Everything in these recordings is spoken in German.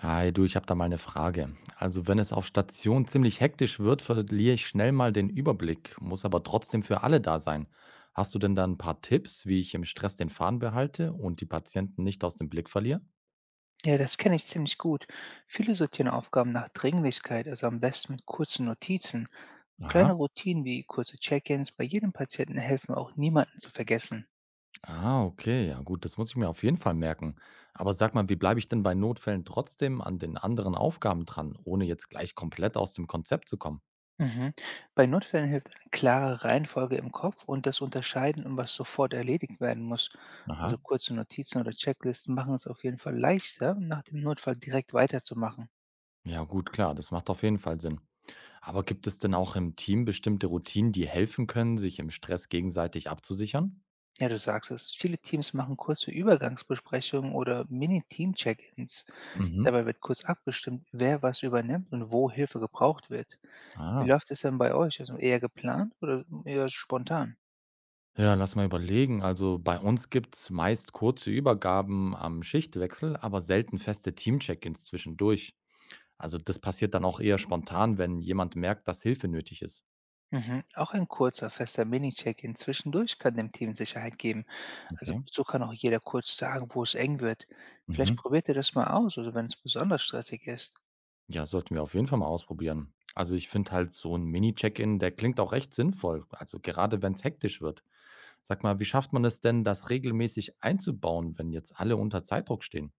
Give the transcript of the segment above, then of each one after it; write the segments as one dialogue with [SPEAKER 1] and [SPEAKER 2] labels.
[SPEAKER 1] Hi, du, ich habe da mal eine Frage. Also, wenn es auf Station ziemlich hektisch wird, verliere ich schnell mal den Überblick, muss aber trotzdem für alle da sein. Hast du denn da ein paar Tipps, wie ich im Stress den Faden behalte und die Patienten nicht aus dem Blick verliere?
[SPEAKER 2] Ja, das kenne ich ziemlich gut. Viele sortieren Aufgaben nach Dringlichkeit, also am besten mit kurzen Notizen. Und
[SPEAKER 1] Aha.
[SPEAKER 2] kleine Routinen wie kurze Check-ins bei jedem Patienten helfen auch niemanden zu vergessen.
[SPEAKER 1] Ah, okay. Ja, gut, das muss ich mir auf jeden Fall merken. Aber sag mal, wie bleibe ich denn bei Notfällen trotzdem an den anderen Aufgaben dran, ohne jetzt gleich komplett aus dem Konzept zu kommen?
[SPEAKER 2] Mhm. Bei Notfällen hilft eine klare Reihenfolge im Kopf und das Unterscheiden, um was sofort erledigt werden muss.
[SPEAKER 1] Aha.
[SPEAKER 2] Also kurze Notizen oder Checklisten machen es auf jeden Fall leichter, nach dem Notfall direkt weiterzumachen.
[SPEAKER 1] Ja, gut, klar, das macht auf jeden Fall Sinn. Aber gibt es denn auch im Team bestimmte Routinen, die helfen können, sich im Stress gegenseitig abzusichern?
[SPEAKER 2] Ja, du sagst es. Viele Teams machen kurze Übergangsbesprechungen oder Mini-Team-Check-ins.
[SPEAKER 1] Mhm.
[SPEAKER 2] Dabei wird kurz abgestimmt, wer was übernimmt und wo Hilfe gebraucht wird. Wie
[SPEAKER 1] Ah.
[SPEAKER 2] läuft es denn bei euch? Also eher geplant oder eher spontan?
[SPEAKER 1] Ja, lass mal überlegen. Also bei uns gibt es meist kurze Übergaben am Schichtwechsel, aber selten feste Team-Check-ins zwischendurch. Also das passiert dann auch eher spontan, wenn jemand merkt, dass Hilfe nötig ist.
[SPEAKER 2] Mhm. Auch ein kurzer, fester Mini-Check-in zwischendurch kann dem Team Sicherheit geben. Also
[SPEAKER 1] Okay.
[SPEAKER 2] so kann auch jeder kurz sagen, wo es eng wird. Vielleicht
[SPEAKER 1] Mhm.
[SPEAKER 2] probiert ihr das mal aus, also wenn es besonders stressig ist.
[SPEAKER 1] Ja, sollten wir auf jeden Fall mal ausprobieren. Also ich finde halt so ein Mini-Check-in, der klingt auch recht sinnvoll. Also gerade wenn es hektisch wird. Sag mal, wie schafft man es denn, das regelmäßig einzubauen, wenn jetzt alle unter Zeitdruck stehen?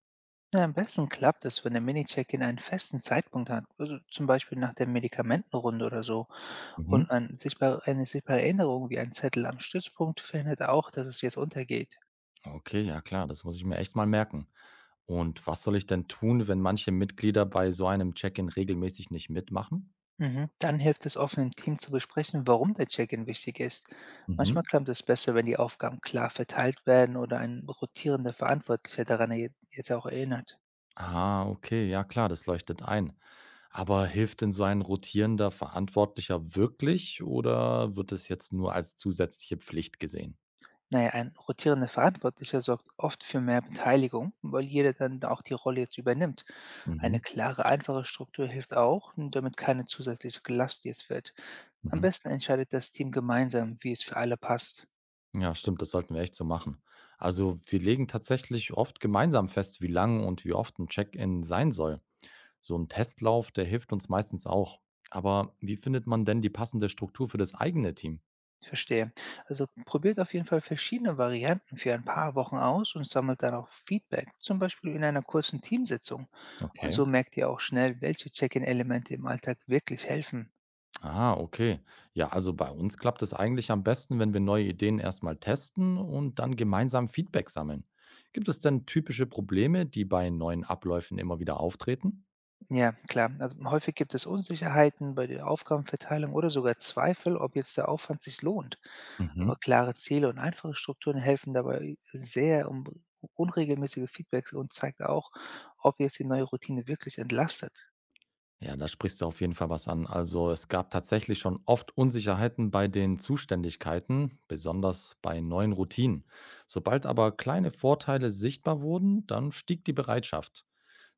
[SPEAKER 2] Na, am besten klappt es, wenn der Mini-Check-in einen festen Zeitpunkt hat, also zum Beispiel nach der Medikamentenrunde oder so.
[SPEAKER 1] Mhm.
[SPEAKER 2] Und eine sichtbare Erinnerung wie ein Zettel am Stützpunkt verhindert auch, dass es jetzt untergeht.
[SPEAKER 1] Okay, ja klar, das muss ich mir echt mal merken. Und was soll ich denn tun, wenn manche Mitglieder bei so einem Check-in regelmäßig nicht mitmachen?
[SPEAKER 2] Mhm. Dann hilft es, offen im Team zu besprechen, warum der Check-in wichtig ist.
[SPEAKER 1] Mhm.
[SPEAKER 2] Manchmal klappt es besser, wenn die Aufgaben klar verteilt werden oder ein rotierender Verantwortlicher daran jetzt auch erinnert.
[SPEAKER 1] Ah, okay, ja klar, das leuchtet ein. Aber hilft denn so ein rotierender Verantwortlicher wirklich oder wird es jetzt nur als zusätzliche Pflicht gesehen?
[SPEAKER 2] Naja, ein rotierender Verantwortlicher sorgt oft für mehr Beteiligung, weil jeder dann auch die Rolle jetzt übernimmt. Eine
[SPEAKER 1] Mhm.
[SPEAKER 2] klare, einfache Struktur hilft auch, damit keine zusätzliche Last jetzt wird. Am
[SPEAKER 1] Mhm.
[SPEAKER 2] besten entscheidet das Team gemeinsam, wie es für alle passt.
[SPEAKER 1] Ja, stimmt, das sollten wir echt so machen. Also wir legen tatsächlich oft gemeinsam fest, wie lang und wie oft ein Check-in sein soll. So ein Testlauf, der hilft uns meistens auch. Aber wie findet man denn die passende Struktur für das eigene Team?
[SPEAKER 2] Ich verstehe. Also probiert auf jeden Fall verschiedene Varianten für ein paar Wochen aus und sammelt dann auch Feedback, zum Beispiel in einer kurzen Teamsitzung. Und
[SPEAKER 1] Okay.
[SPEAKER 2] so merkt ihr auch schnell, welche Check-in-Elemente im Alltag wirklich helfen.
[SPEAKER 1] Ah, okay. Ja, also bei uns klappt es eigentlich am besten, wenn wir neue Ideen erstmal testen und dann gemeinsam Feedback sammeln. Gibt es denn typische Probleme, die bei neuen Abläufen immer wieder auftreten?
[SPEAKER 2] Ja, klar. Also häufig gibt es Unsicherheiten bei der Aufgabenverteilung oder sogar Zweifel, ob jetzt der Aufwand sich lohnt.
[SPEAKER 1] Mhm.
[SPEAKER 2] Aber klare Ziele und einfache Strukturen helfen dabei sehr, um unregelmäßige Feedbacks und zeigt auch, ob jetzt die neue Routine wirklich entlastet.
[SPEAKER 1] Ja, da sprichst du auf jeden Fall was an. Also es gab tatsächlich schon oft Unsicherheiten bei den Zuständigkeiten, besonders bei neuen Routinen. Sobald aber kleine Vorteile sichtbar wurden, dann stieg die Bereitschaft.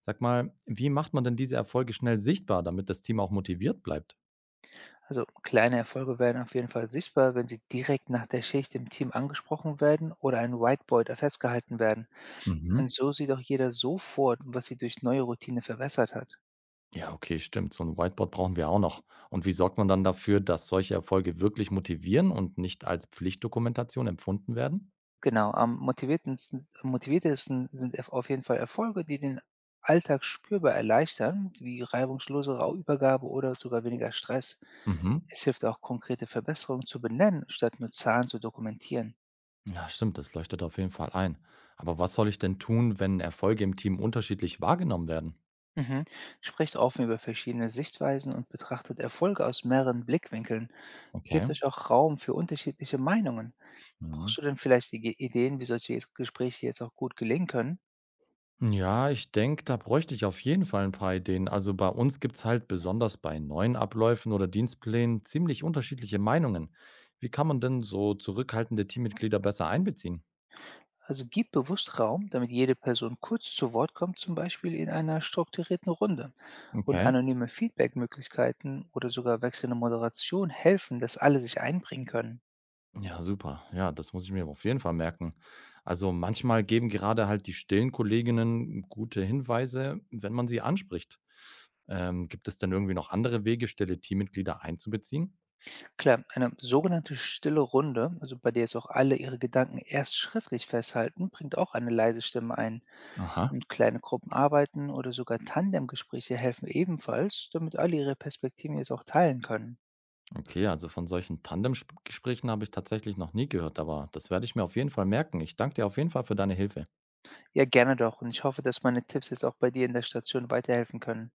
[SPEAKER 1] Sag mal, wie macht man denn diese Erfolge schnell sichtbar, damit das Team auch motiviert bleibt?
[SPEAKER 2] Also kleine Erfolge werden auf jeden Fall sichtbar, wenn sie direkt nach der Schicht im Team angesprochen werden oder ein Whiteboard festgehalten werden.
[SPEAKER 1] Mhm.
[SPEAKER 2] Und so sieht auch jeder sofort, was sie durch neue Routine verbessert hat.
[SPEAKER 1] Ja, okay, stimmt. So ein Whiteboard brauchen wir auch noch. Und wie sorgt man dann dafür, dass solche Erfolge wirklich motivieren und nicht als Pflichtdokumentation empfunden werden?
[SPEAKER 2] Genau, am motiviertesten sind auf jeden Fall Erfolge, die den Alltag spürbar erleichtern, wie reibungslosere Übergabe oder sogar weniger Stress.
[SPEAKER 1] Mhm.
[SPEAKER 2] Es hilft auch, konkrete Verbesserungen zu benennen, statt nur Zahlen zu dokumentieren.
[SPEAKER 1] Ja, stimmt, das leuchtet auf jeden Fall ein. Aber was soll ich denn tun, wenn Erfolge im Team unterschiedlich wahrgenommen werden?
[SPEAKER 2] Mhm. Sprecht offen über verschiedene Sichtweisen und betrachtet Erfolge aus mehreren Blickwinkeln.
[SPEAKER 1] Okay.
[SPEAKER 2] Gebt euch auch Raum für unterschiedliche Meinungen.
[SPEAKER 1] Mhm.
[SPEAKER 2] Brauchst du denn vielleicht die Ideen, wie solche Gespräche jetzt auch gut gelingen können?
[SPEAKER 1] Ja, ich denke, da bräuchte ich auf jeden Fall ein paar Ideen. Also bei uns gibt es halt besonders bei neuen Abläufen oder Dienstplänen ziemlich unterschiedliche Meinungen. Wie kann man denn so zurückhaltende Teammitglieder besser einbeziehen?
[SPEAKER 2] Also gib bewusst Raum, damit jede Person kurz zu Wort kommt, zum Beispiel in einer strukturierten Runde. Und
[SPEAKER 1] Okay.
[SPEAKER 2] anonyme Feedbackmöglichkeiten oder sogar wechselnde Moderation helfen, dass alle sich einbringen können.
[SPEAKER 1] Ja, super. Ja, das muss ich mir auf jeden Fall merken. Also manchmal geben gerade halt die stillen Kolleginnen gute Hinweise, wenn man sie anspricht. Gibt es denn irgendwie noch andere Wege, stille Teammitglieder einzubeziehen?
[SPEAKER 2] Klar, eine sogenannte stille Runde, also bei der es auch alle ihre Gedanken erst schriftlich festhalten, bringt auch eine leise Stimme ein.
[SPEAKER 1] Aha.
[SPEAKER 2] Und kleine Gruppenarbeiten oder sogar Tandemgespräche helfen ebenfalls, damit alle ihre Perspektiven jetzt auch teilen können.
[SPEAKER 1] Okay, also von solchen Tandem-Gesprächen habe ich tatsächlich noch nie gehört, aber das werde ich mir auf jeden Fall merken. Ich danke dir auf jeden Fall für deine Hilfe.
[SPEAKER 2] Ja, gerne doch. Und ich hoffe, dass meine Tipps jetzt auch bei dir in der Station weiterhelfen können.